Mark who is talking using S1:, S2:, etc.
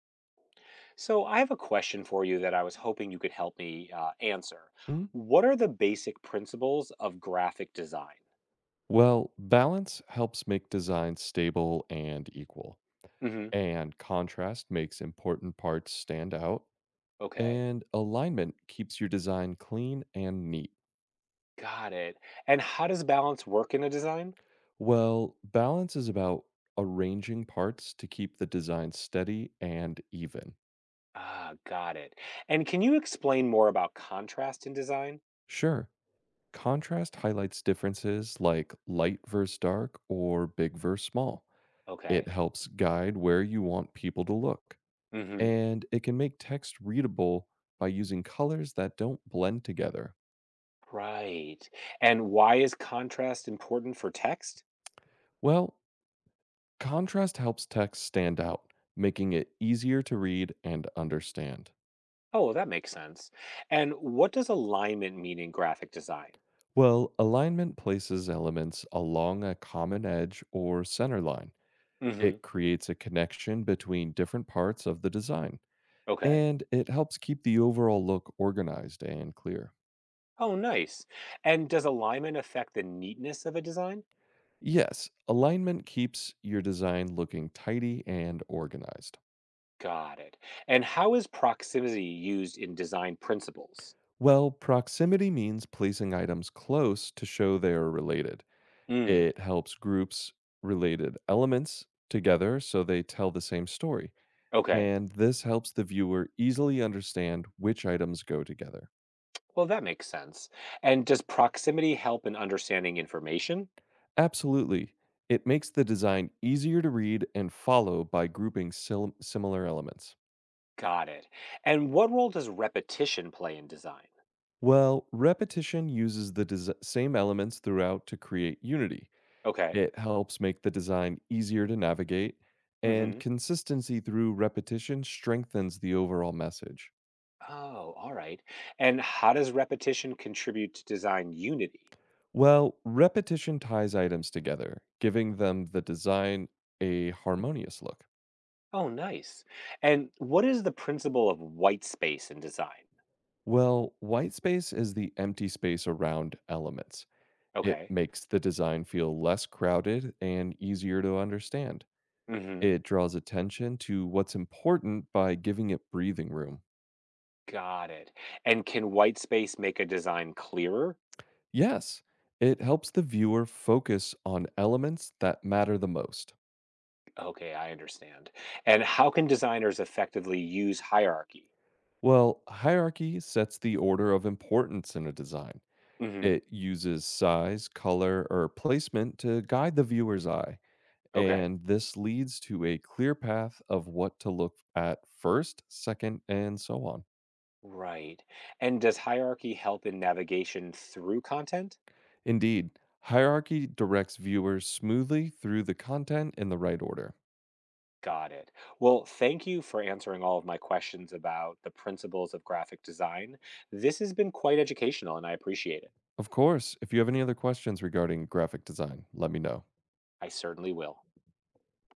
S1: So, I have a question for you that I was hoping you could help me answer.
S2: Mhm.
S1: What are the basic principles of graphic design?
S2: Well, balance helps make designs stable and equal,
S1: Hmm.
S2: and contrast makes important parts stand out,
S1: Okay,
S2: and alignment keeps your design clean and neat.
S1: got it. And how does balance work in a design?
S2: Well, balance is about arranging parts to keep the design steady and even.
S1: Ah, got it. And can you explain more about contrast in design?
S2: Sure, contrast highlights differences like light versus dark or big versus small. It
S1: Okay.
S2: helps guide where you want people to look,
S1: Hmm.
S2: and it can make text readable by using colors that don't blend together.
S1: Right. And why is contrast important for text?
S2: Well, contrast helps text stand out, making it easier to read and understand.
S1: Oh, well, that makes sense. And what does alignment mean in graphic design?
S2: Well, alignment places elements along a common edge or center line.
S1: Hmm.
S2: It creates a connection between different parts of the design,
S1: Okay.
S2: and it helps keep the overall look organized and clear.
S1: Oh, nice. And does alignment affect the neatness of a design?
S2: Yes, alignment keeps your design looking tidy and organized.
S1: Got it. And how is proximity used in design principles?
S2: Well, proximity means placing items close to show they are related.
S1: Hmm.
S2: It helps groups related elements together so they tell the same story.
S1: Okay.
S2: And this helps the viewer easily understand which items go together.
S1: Well, that makes sense. And does proximity help in understanding information?
S2: Absolutely. It makes the design easier to read and follow by grouping similar elements.
S1: Got it. And what role does repetition play in design?
S2: Well, repetition uses the same elements throughout to create unity.
S1: Okay.
S2: It helps make the design easier to navigate, and
S1: Mm-hmm.
S2: consistency through repetition strengthens the overall message.
S1: Oh, all right. And how does repetition contribute to design unity?
S2: Well, repetition ties items together, giving them the design a harmonious look.
S1: Oh, nice. And what is the principle of white space in design?
S2: Well, white space is the empty space around elements. It
S1: Okay.
S2: makes the design feel less crowded and easier to understand.
S1: Mm-hmm.
S2: It draws attention to what's important by giving it breathing room.
S1: Got it. And can white space make a design clearer?
S2: Yes, it helps the viewer focus on elements that matter the most.
S1: Okay, I understand. And how can designers effectively use hierarchy?
S2: Well, hierarchy sets the order of importance in a design.
S1: Hmm.
S2: It uses size, color, or placement to guide the viewer's eye,
S1: Okay,
S2: and this leads to a clear path of what to look at first, second, and so on.
S1: right. And does hierarchy help in navigation through content?
S2: Indeed, hierarchy directs viewers smoothly through the content in the right order.
S1: Got it. Well, thank you for answering all of my questions about the principles of graphic design. This has been quite educational and I appreciate it.
S2: Of course, if you have any other questions regarding graphic design, let me know.
S1: I certainly will.